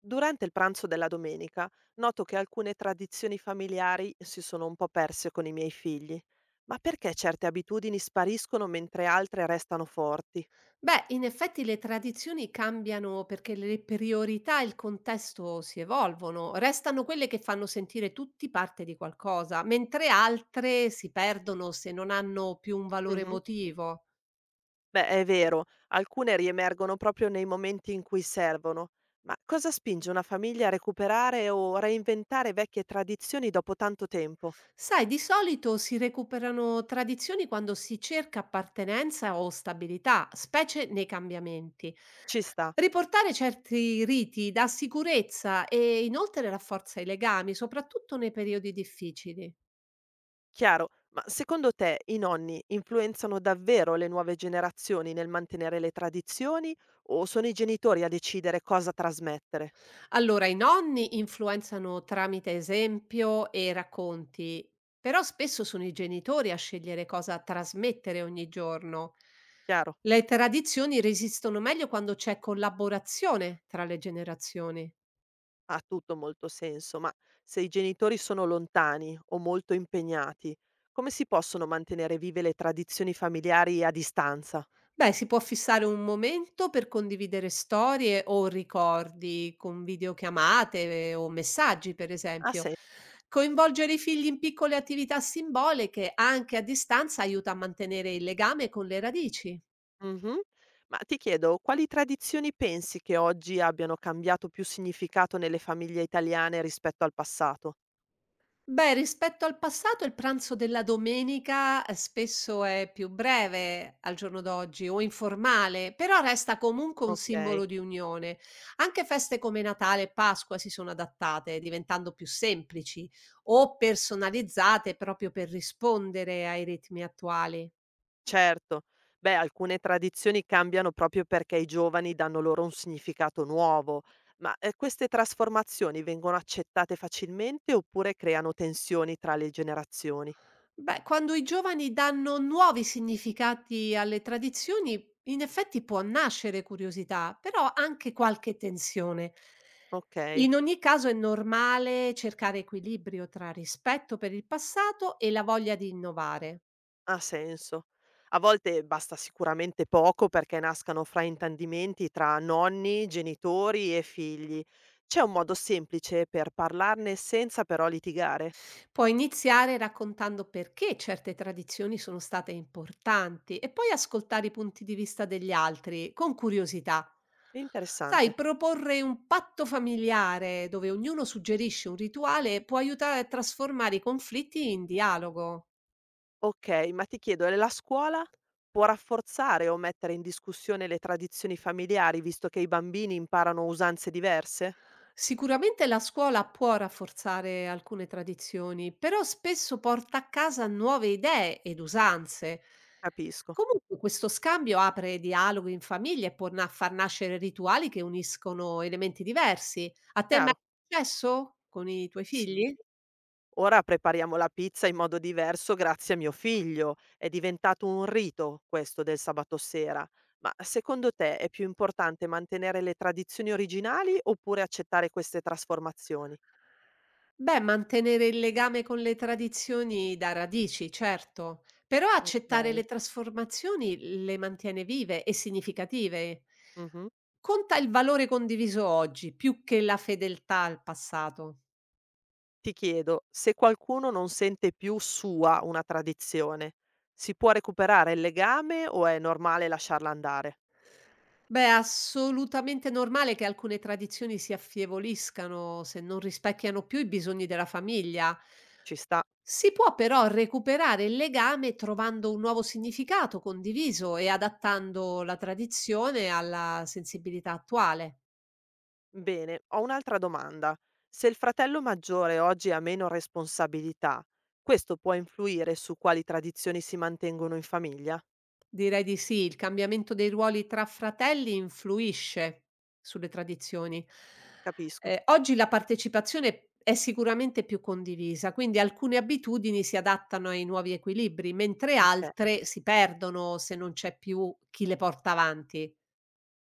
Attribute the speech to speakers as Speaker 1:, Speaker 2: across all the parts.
Speaker 1: Durante il pranzo della domenica noto che alcune tradizioni familiari si sono un po' perse con i miei figli. Ma perché certe abitudini spariscono mentre altre restano forti?
Speaker 2: Beh, in effetti le tradizioni cambiano perché le priorità e il contesto si evolvono, restano quelle che fanno sentire tutti parte di qualcosa, mentre altre si perdono se non hanno più un valore
Speaker 1: Mhm.
Speaker 2: emotivo.
Speaker 1: Beh, è vero, alcune riemergono proprio nei momenti in cui servono. Ma cosa spinge una famiglia a recuperare o reinventare vecchie tradizioni dopo tanto tempo?
Speaker 2: Sai, di solito si recuperano tradizioni quando si cerca appartenenza o stabilità, specie nei cambiamenti.
Speaker 1: Ci sta.
Speaker 2: Riportare certi riti dà sicurezza e inoltre rafforza i legami, soprattutto nei periodi difficili.
Speaker 1: Chiaro, ma secondo te i nonni influenzano davvero le nuove generazioni nel mantenere le tradizioni o sono i genitori a decidere cosa trasmettere?
Speaker 2: Allora, i nonni influenzano tramite esempio e racconti, però spesso sono i genitori a scegliere cosa trasmettere ogni giorno.
Speaker 1: Chiaro,
Speaker 2: Le tradizioni resistono meglio quando c'è collaborazione tra le generazioni.
Speaker 1: ha tutto molto senso, ma se i genitori sono lontani o molto impegnati, come si possono mantenere vive le tradizioni familiari a distanza?
Speaker 2: Beh, si può fissare un momento per condividere storie o ricordi con videochiamate o messaggi, per
Speaker 1: Ah
Speaker 2: esempio.
Speaker 1: sì.
Speaker 2: Coinvolgere i figli in piccole attività simboliche anche a distanza aiuta a mantenere il legame con le radici.
Speaker 1: Mhm. Ma ti chiedo, quali tradizioni pensi che oggi abbiano cambiato più significato nelle famiglie italiane rispetto al passato?
Speaker 2: Beh, rispetto al passato il pranzo della domenica, spesso è più breve al giorno d'oggi o informale, però resta comunque un
Speaker 1: Ok.
Speaker 2: simbolo di unione. Anche feste come Natale e Pasqua si sono adattate, diventando più semplici o personalizzate proprio per rispondere ai ritmi attuali.
Speaker 1: Certo. Beh, alcune tradizioni cambiano proprio perché i giovani danno loro un significato nuovo, ma queste trasformazioni vengono accettate facilmente oppure creano tensioni tra le generazioni?
Speaker 2: Beh, quando i giovani danno nuovi significati alle tradizioni, in effetti può nascere curiosità, però anche qualche tensione.
Speaker 1: Ok,
Speaker 2: In ogni caso è normale cercare equilibrio tra rispetto per il passato e la voglia di innovare.
Speaker 1: ha senso. A volte basta sicuramente poco perché nascano fraintendimenti tra nonni, genitori e figli. C'è un modo semplice per parlarne senza però litigare?
Speaker 2: Puoi iniziare raccontando perché certe tradizioni sono state importanti e poi ascoltare i punti di vista degli altri con curiosità. Sai,
Speaker 1: Interessante.
Speaker 2: proporre un patto familiare dove ognuno suggerisce un rituale può aiutare a trasformare i conflitti in dialogo.
Speaker 1: Okay, ma ti chiedo, e la scuola può rafforzare o mettere in discussione le tradizioni familiari, visto che i bambini imparano usanze diverse?
Speaker 2: Sicuramente la scuola può rafforzare alcune tradizioni, però spesso porta a casa nuove idee ed usanze.
Speaker 1: Capisco,
Speaker 2: Comunque questo scambio apre dialoghi in famiglia e può na far nascere rituali che uniscono elementi diversi. A te è mai
Speaker 1: chiaro.
Speaker 2: successo con i tuoi
Speaker 1: Sì,
Speaker 2: figli?
Speaker 1: ora prepariamo la pizza in modo diverso grazie a mio figlio. È diventato un rito questo del sabato sera. Ma secondo te è più importante mantenere le tradizioni originali oppure accettare queste trasformazioni?
Speaker 2: Beh, mantenere il legame con le tradizioni dà radici, certo, però accettare le
Speaker 1: Okay.
Speaker 2: trasformazioni le mantiene vive e significative.
Speaker 1: Mh-mh.
Speaker 2: Conta il valore condiviso oggi più che la fedeltà al passato.
Speaker 1: Ti chiedo, se qualcuno non sente più sua una tradizione, si può recuperare il legame o è normale lasciarla andare?
Speaker 2: Beh, è assolutamente normale che alcune tradizioni si affievoliscano se non rispecchiano più i bisogni della famiglia.
Speaker 1: Ci sta.
Speaker 2: Si può però recuperare il legame trovando un nuovo significato condiviso e adattando la tradizione alla sensibilità attuale.
Speaker 1: Bene, ho un'altra domanda. Se il fratello maggiore oggi ha meno responsabilità, questo può influire su quali tradizioni si mantengono in famiglia?
Speaker 2: Direi di sì. Il cambiamento dei ruoli tra fratelli influisce sulle tradizioni.
Speaker 1: Capisco.
Speaker 2: Oggi la partecipazione è sicuramente più condivisa, quindi alcune abitudini si adattano ai nuovi equilibri, mentre
Speaker 1: Ok.
Speaker 2: altre si perdono se non c'è più chi le porta avanti.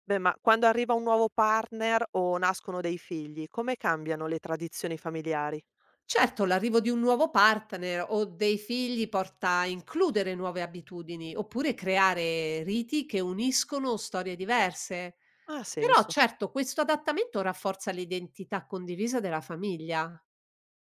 Speaker 1: Beh, ma quando arriva un nuovo partner o nascono dei figli, come cambiano le tradizioni familiari?
Speaker 2: Certo, l'arrivo di un nuovo partner o dei figli porta a includere nuove abitudini, oppure creare riti che uniscono storie diverse.
Speaker 1: Ha
Speaker 2: Però
Speaker 1: senso.
Speaker 2: certo, questo adattamento rafforza l'identità condivisa della famiglia.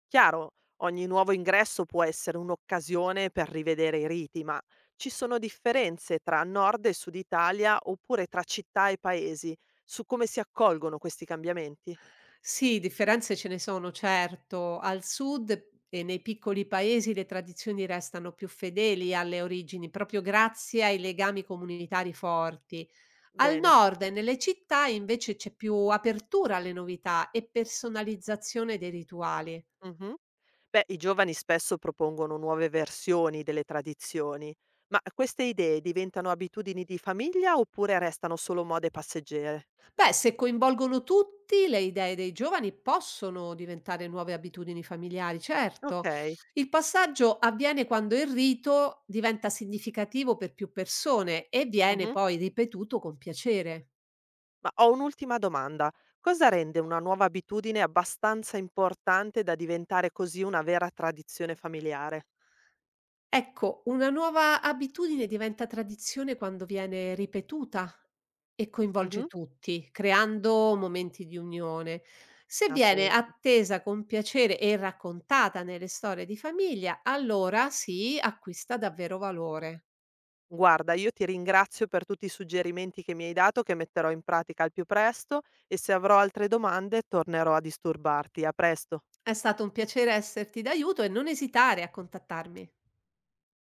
Speaker 1: Chiaro, ogni nuovo ingresso può essere un'occasione per rivedere i riti, ma ci sono differenze tra Nord e Sud Italia oppure tra città e paesi su come si accolgono questi cambiamenti?
Speaker 2: Sì, differenze ce ne sono, certo. Al sud e nei piccoli paesi le tradizioni restano più fedeli alle origini, proprio grazie ai legami comunitari forti. Al
Speaker 1: Bene.
Speaker 2: nord e nelle città invece c'è più apertura alle novità e personalizzazione dei rituali.
Speaker 1: Mhm. Beh, i giovani spesso propongono nuove versioni delle tradizioni, ma queste idee diventano abitudini di famiglia oppure restano solo mode passeggere?
Speaker 2: Beh, se coinvolgono tutti, le idee dei giovani possono diventare nuove abitudini familiari, certo.
Speaker 1: Ok.
Speaker 2: Il passaggio avviene quando il rito diventa significativo per più persone e viene
Speaker 1: Mhm.
Speaker 2: poi ripetuto con piacere.
Speaker 1: Ma ho un'ultima domanda. Cosa rende una nuova abitudine abbastanza importante da diventare così una vera tradizione familiare?
Speaker 2: Ecco, una nuova abitudine diventa tradizione quando viene ripetuta e coinvolge
Speaker 1: Mh-mh.
Speaker 2: tutti, creando momenti di unione. Se
Speaker 1: Ha
Speaker 2: viene
Speaker 1: senso.
Speaker 2: attesa con piacere e raccontata nelle storie di famiglia, allora sì, acquista davvero valore.
Speaker 1: Guarda, io ti ringrazio per tutti i suggerimenti che mi hai dato, che metterò in pratica al più presto e se avrò altre domande tornerò a disturbarti. A presto.
Speaker 2: È stato un piacere esserti d'aiuto e non esitare a contattarmi.